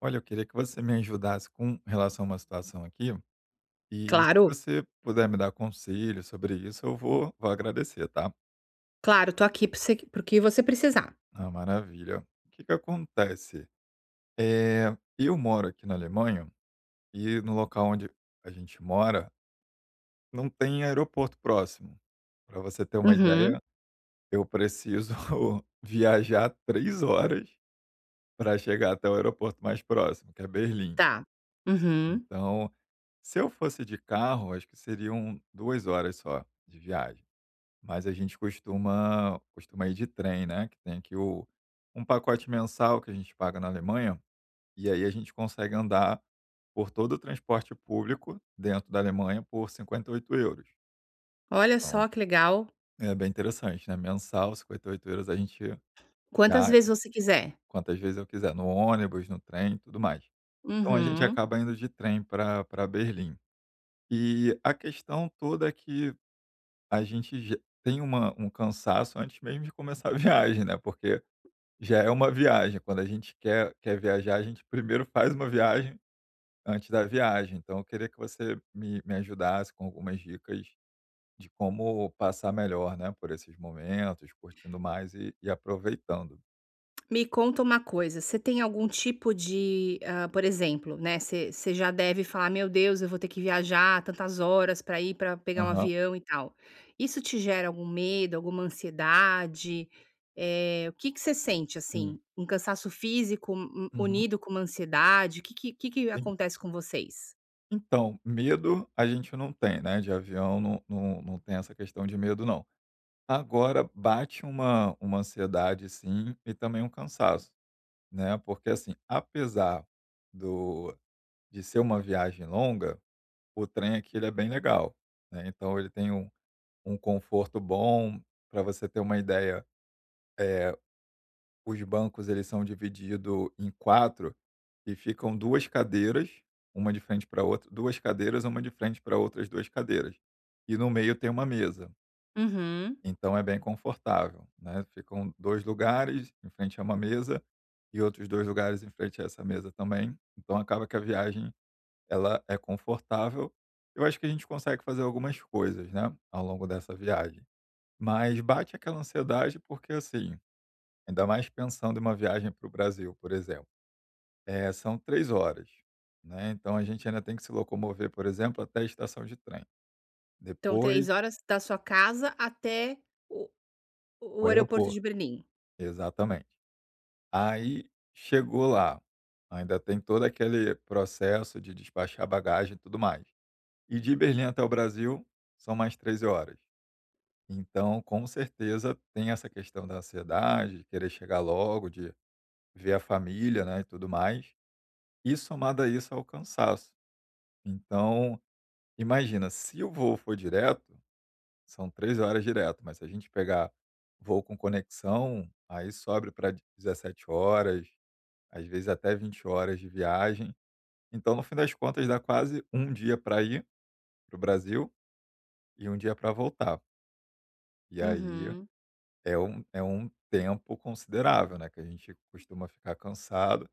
Olha, eu queria que você me ajudasse com relação a uma situação aqui, e se Claro, você puder me dar conselho sobre isso, eu vou agradecer, tá. claro, tô aqui para você para que você precisar. Ah, maravilha. O que que acontece? Eu moro aqui na Alemanha e no local onde a gente mora não tem aeroporto próximo. Para você ter uma Uhum. ideia, eu preciso viajar 3 horas para chegar até o aeroporto mais próximo, que é Berlim. Tá. Uhum. Então, se eu fosse de carro, acho que seriam 2 horas só de viagem, mas a gente costuma ir de trem, né, que tem aqui o um pacote mensal que a gente paga na Alemanha, e aí a gente consegue andar por todo o transporte público dentro da Alemanha por 58 euros. Olha Então, só que legal. é bem interessante, né, mensal, 58 euros, a gente Quantas viaja vezes você quiser. quantas vezes eu quiser, no ônibus, no trem e tudo mais. Então a gente Uhum. acaba indo de trem para pra Berlim. E a questão toda é que a gente já tem uma um cansaço antes mesmo de começar a viagem, né, porque já é uma viagem, quando a gente quer viajar, a gente primeiro faz uma viagem antes da viagem. Então eu queria que você me ajudasse com algumas dicas de como passar melhor, né, por esses momentos, curtindo mais e aproveitando. Me conta uma coisa, você tem algum tipo de, por exemplo, né, você já deve falar: "Meu Deus, eu vou ter que viajar tantas horas para ir para pegar um Aham, avião e tal". Isso te gera algum medo, alguma ansiedade? O que que você sente, assim? sim. Um cansaço físico u Uhum, unido com uma ansiedade? O que que sim. acontece com vocês? Então, medo a gente não tem, né, de avião não não não tem essa questão de medo não. Agora bate uma ansiedade, sim, e também um cansaço, né, porque assim, apesar do de ser uma viagem longa, o trem aqui ele é bem legal, né, então ele tem um conforto bom, para você ter uma ideia, é os bancos eles são divididos em 4 e ficam 2 cadeiras, uma de frente para outra 2 cadeiras, uma de frente para outras 2 cadeiras, e no meio tem uma mesa. Uhum. Então é bem confortável, né. Ficam 2 lugares em frente a uma mesa e outros 2 lugares em frente a essa mesa também. Então acaba que a viagem ela é confortável. Eu acho que a gente consegue fazer algumas coisas, né, ao longo dessa viagem. Mas bate aquela ansiedade porque, assim, ainda mais pensando em uma viagem para o Brasil, por exemplo, são 3 horas, né. Então a gente ainda tem que se locomover, por exemplo, até a estação de trem, Então depois 3 horas da sua casa até o o o aeroporto aeroporto. de Berlim. Exatamente. Aí chegou lá, ainda tem todo aquele processo de despachar bagagem e tudo mais. E de Berlim até o Brasil são mais 13 horas. Então, com certeza, tem essa questão da ansiedade, de querer chegar logo, de ver a família, né, e tudo mais. E somado a isso, ao cansaço. Então, imagina, se o voo for direto, são 13 horas direto, mas se a gente pegar voo com conexão, aí sobe para 17 horas, às vezes até 20 horas de viagem. Então, no fim das contas, dá quase um dia para ir para o Brasil e um dia para voltar. E aí Uhum, é um tempo considerável, né? Que a gente costuma ficar cansado.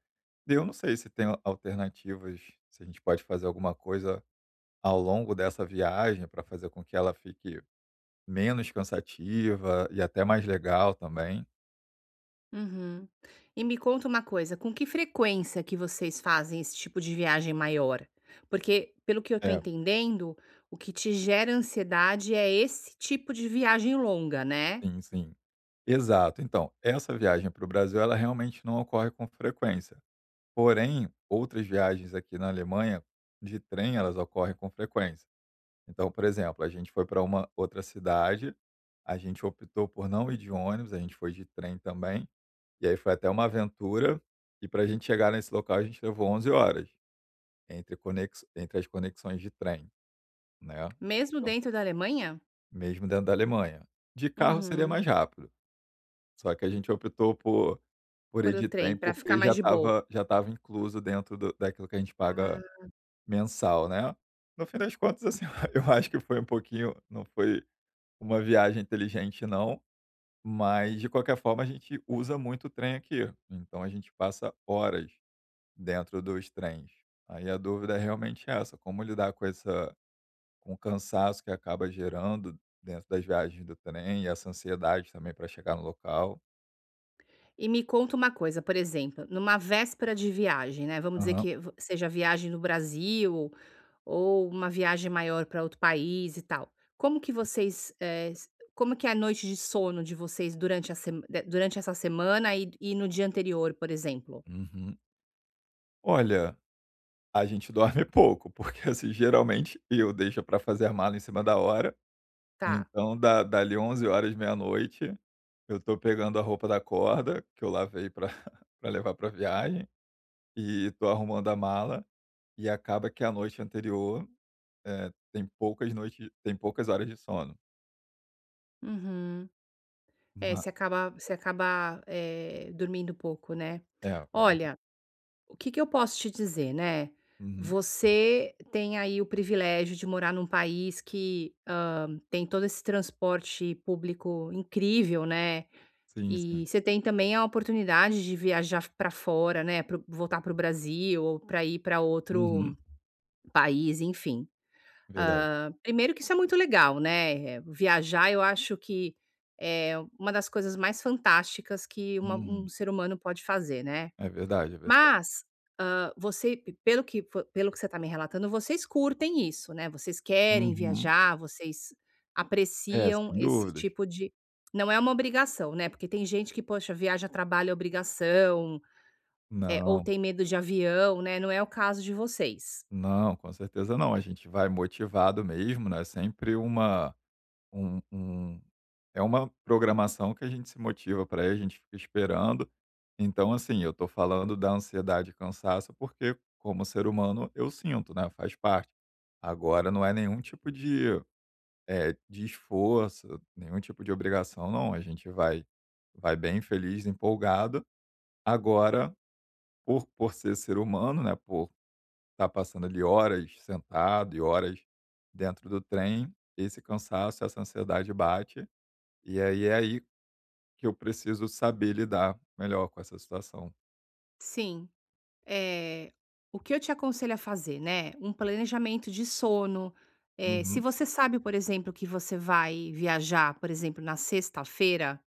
E eu não sei se tem alternativas, se a gente pode fazer alguma coisa ao longo dessa viagem para fazer com que ela fique menos cansativa e até mais legal também. uhum. E me conta uma coisa, com que frequência que vocês fazem esse tipo de viagem maior? Porque, pelo que eu tô É, entendendo, o que te gera ansiedade é esse tipo de viagem longa, né? sim, sim. Exato. Então, essa viagem para o Brasil, ela realmente não ocorre com frequência. Porém, outras viagens aqui na Alemanha, de trem, elas ocorrem com frequência. Então, por exemplo, a gente foi para uma outra cidade, a gente optou por não ir de ônibus, a gente foi de trem também, e aí foi até uma aventura, e para a gente chegar nesse local a gente levou 11 horas entre as conexões de trem, né? Mesmo Então, dentro da Alemanha? mesmo dentro da Alemanha. De carro seria Uhum. mais rápido, só que a gente optou por Por ir o de trem, trem pra ficar porque já mais de boa. estava já tava incluso dentro daquilo que a gente paga Ah. mensal, né. No fim das contas, assim, eu acho que foi um pouquinho, não foi uma viagem inteligente não, mas de qualquer forma a gente usa muito o trem aqui, então a gente passa horas dentro dos trens. Aí a dúvida é realmente essa, como lidar com essa com o cansaço que acaba gerando dentro das viagens do trem e essa ansiedade também para chegar no local. E me conta uma coisa, por exemplo, numa véspera de viagem, né, vamos dizer Aham. que v seja viagem no Brasil ou uma viagem maior para outro país e tal. Como que vocês, s como que é a noite de sono de vocês durante a sema de durante essa semana e no dia anterior, por exemplo? Uhum. Olha, a gente dorme pouco, porque, assim, geralmente eu deixo para fazer a mala em cima da hora. Tá. Então dá dali 23h, meia-noite, eu tô pegando a roupa da corda, que eu lavei para pra levar pra viagem, e tô arrumando a mala, e acaba que a noite anterior, eh, tem poucas horas de sono. Uhum. É, Ma você acaba, dormindo pouco, né. É, eu durmo. Olha, o que que eu posso te dizer, né? Uhum. Você tem aí o privilégio de morar num país que, tem todo esse transporte público incrível, né? Sim, E sim. você tem também a oportunidade de viajar para fora, né, pro voltar para o Brasil ou para ir para outro Uhum. país, enfim. Verdade. Primeiro que isso é muito legal, né? Viajar eu acho que é uma das coisas mais fantásticas que uma um Uhum. ser humano pode fazer, né? É verdade, é verdade. Mas, você p pelo que fo pelo que você está me relatando, vocês curtem isso, né, vocês querem Uhum. viajar, vocês É, apreciam sem esse dúvidas. tipo de não é uma obrigação, né, porque tem gente que, poxa, viaja a trabalho é obrigação, ou Não, tem medo de avião, né, não é o caso de vocês. não, com certeza não. A gente vai motivado mesmo, né, é sempre uma um é uma programação que a gente se motiva para ir, a gente fica esperando. Então, assim, eu tô falando da ansiedade e cansaço, porque como ser humano eu sinto, né, faz parte. Agora não é nenhum tipo de, de esforço, nenhum tipo de obrigação não, a gente vai bem feliz, empolgado. Agora, por ser humano, né, por estar passando ali horas sentado e horas dentro do trem, esse cansaço, essa ansiedade bate e aí é aí que eu preciso saber lidar melhor com essa situação. Sim, Eh, o que eu te aconselho a fazer, né, um planejamento de sono, se Uhum, você sabe, por exemplo, que você vai viajar, por exemplo, na sexta-feira.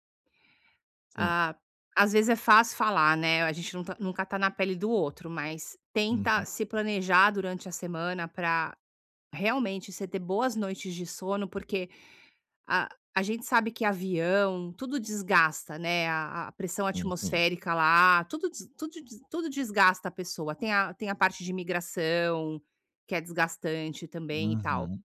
sim. Ah, às vezes é fácil falar, né, a gente não tá nunca tá na pele do outro, mas tenta Uhum, se planejar durante a semana pra realmente você ter boas noites de sono, porque a a gente sabe que avião, tudo desgasta, né, a pressão sim, sim. atmosférica lá, tudo desgasta a pessoa. Tem a parte de imigração, que é desgastante também e tal. Uhum,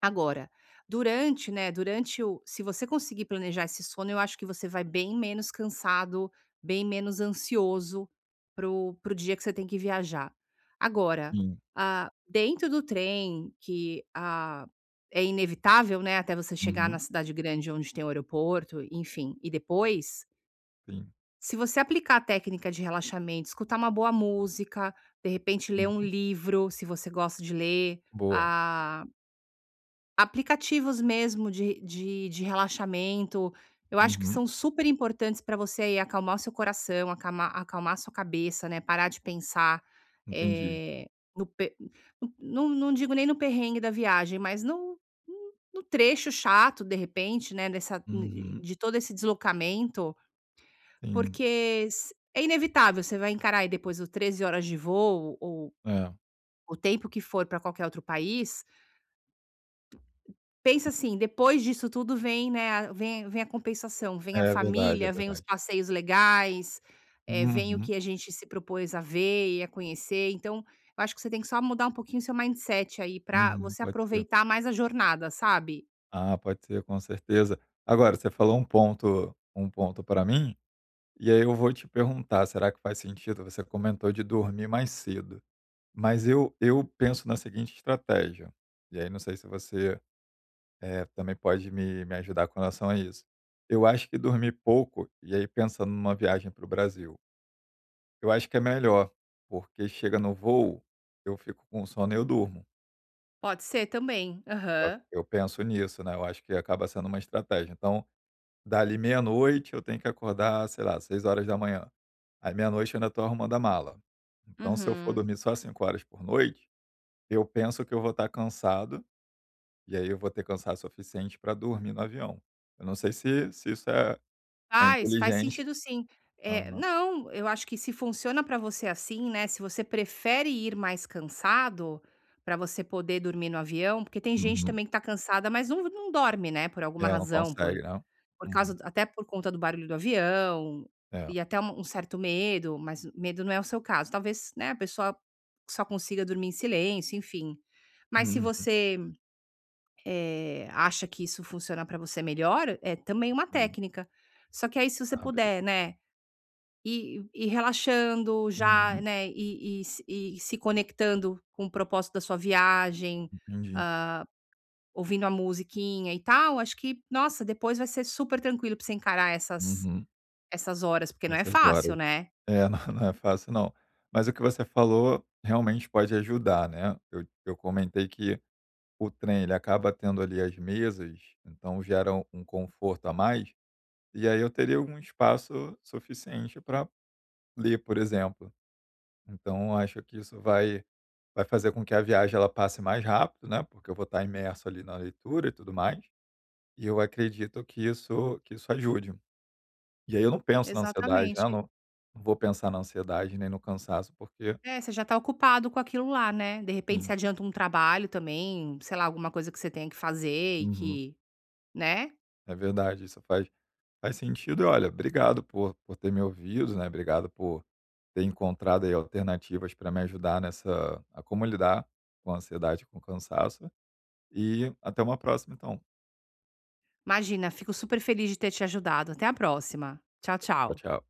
Agora, durante, né, durante o se você conseguir planejar esse sono, eu acho que você vai bem menos cansado, bem menos ansioso pro dia que você tem que viajar. Agora, sim. ah, dentro do trem que, ah, é inevitável, né, até você chegar na Uhum, cidade grande onde tem o aeroporto, enfim, e depois, sim. se você aplicar a técnica de relaxamento, escutar uma boa música, de repente ler um Uhum. livro, se você gosta de ler. Boa. Ah, aplicativos mesmo de relaxamento, eu acho que Uhum, são super importantes para você aí acalmar o seu coração, acalmar acalmar a sua cabeça, né, parar de pensar, entendi. eh, no pe no- não não digo nem no perrengue da viagem, mas no trecho chato, de repente, né, dessa Uhum, de todo esse deslocamento, sim. porque s é inevitável, você vai encarar aí depois o 13 horas de voo ou É. o tempo que for para qualquer outro país. Pensa assim, depois disso tudo vem, né, a vem vem a compensação, vem a É verdade, é família, vem os verdade. passeios legais, vem o Uhum, que a gente se propôs a ver e a conhecer, então, eu acho que você tem que só mudar um pouquinho o seu mindset aí pra uhum, você pode ser. aproveitar mais a jornada, sabe? Ah, pode ser, com certeza. Agora, você falou um ponto para mim, e aí eu vou te perguntar, será que faz sentido? Você comentou de dormir mais cedo. Mas eu penso na seguinte estratégia, e aí não sei se você, também pode me ajudar com relação a isso. Eu acho que dormir pouco, e aí pensando numa viagem para o Brasil, eu acho que é melhor, porque chega no voo, eu fico com sono e eu durmo. Pode ser também. Eu Aham. eu penso nisso, né, eu acho que acaba sendo uma estratégia. Então, dali meia-noite eu tenho que acordar, sei lá, 6 horas da manhã. Aí meia-noite eu ainda estou arrumando a mala. Então se eu for Uhum. dormir só 5 horas por noite, eu penso que eu vou estar cansado. E aí eu vou ter cansaço suficiente para dormir no avião. Eu não sei se isso é Faz, faz inteligente. sentido sim. É, Aham. não, eu acho que se funciona para você assim, né, se você prefere ir mais cansado, para você poder dormir no avião, porque tem gente Uhum. também que tá cansada, mas não não dorme, né, por alguma É, não razão, por consegue, né. por Uhum. causa até por conta do barulho do avião, É. e até um certo medo, mas medo não é o seu caso. Talvez, né, a pessoa só consiga dormir em silêncio, enfim. Mas se Uhum. você, acha que isso funciona para você melhor, é também uma Entendi. técnica. Só que aí se você Ah, beleza. puder, né, ir relaxando já, Uhum. né, e se conectando com o propósito da sua viagem, Entendi. ouvindo a musiquinha e tal, acho que, nossa, depois vai ser super tranquilo para você encarar essas Uhum. essas horas, porque não é Essas horas. fácil, né. É, não não é fácil não. Mas o que você falou realmente pode ajudar, né. Eu comentei que o trem ele acaba tendo ali as mesas, então gera um conforto a mais, e aí eu teria um espaço suficiente para ler, por exemplo. Então eu acho que isso vai fazer com que a viagem ela passe mais rápido, né, porque eu vou estar imerso ali na leitura e tudo mais, e eu acredito que isso ajude. E aí eu não penso na ansiedade, né, eu Exatamente. não vou pensar na ansiedade nem no cansaço, porque É, você já tá ocupado com aquilo lá, né. De repente você sim, adianta um trabalho também, sei lá, alguma coisa que você tenha que fazer e uhum, que, né. é verdade, isso faz sentido. E olha, obrigado por ter me ouvido, né, obrigado por ter encontrado aí alternativas para me ajudar nessa a como lidar com a ansiedade e com o cansaço, e até uma próxima então. Imagina, fico super feliz de ter te ajudado. Até a próxima. Tchau, Tchau, tchau. tchau.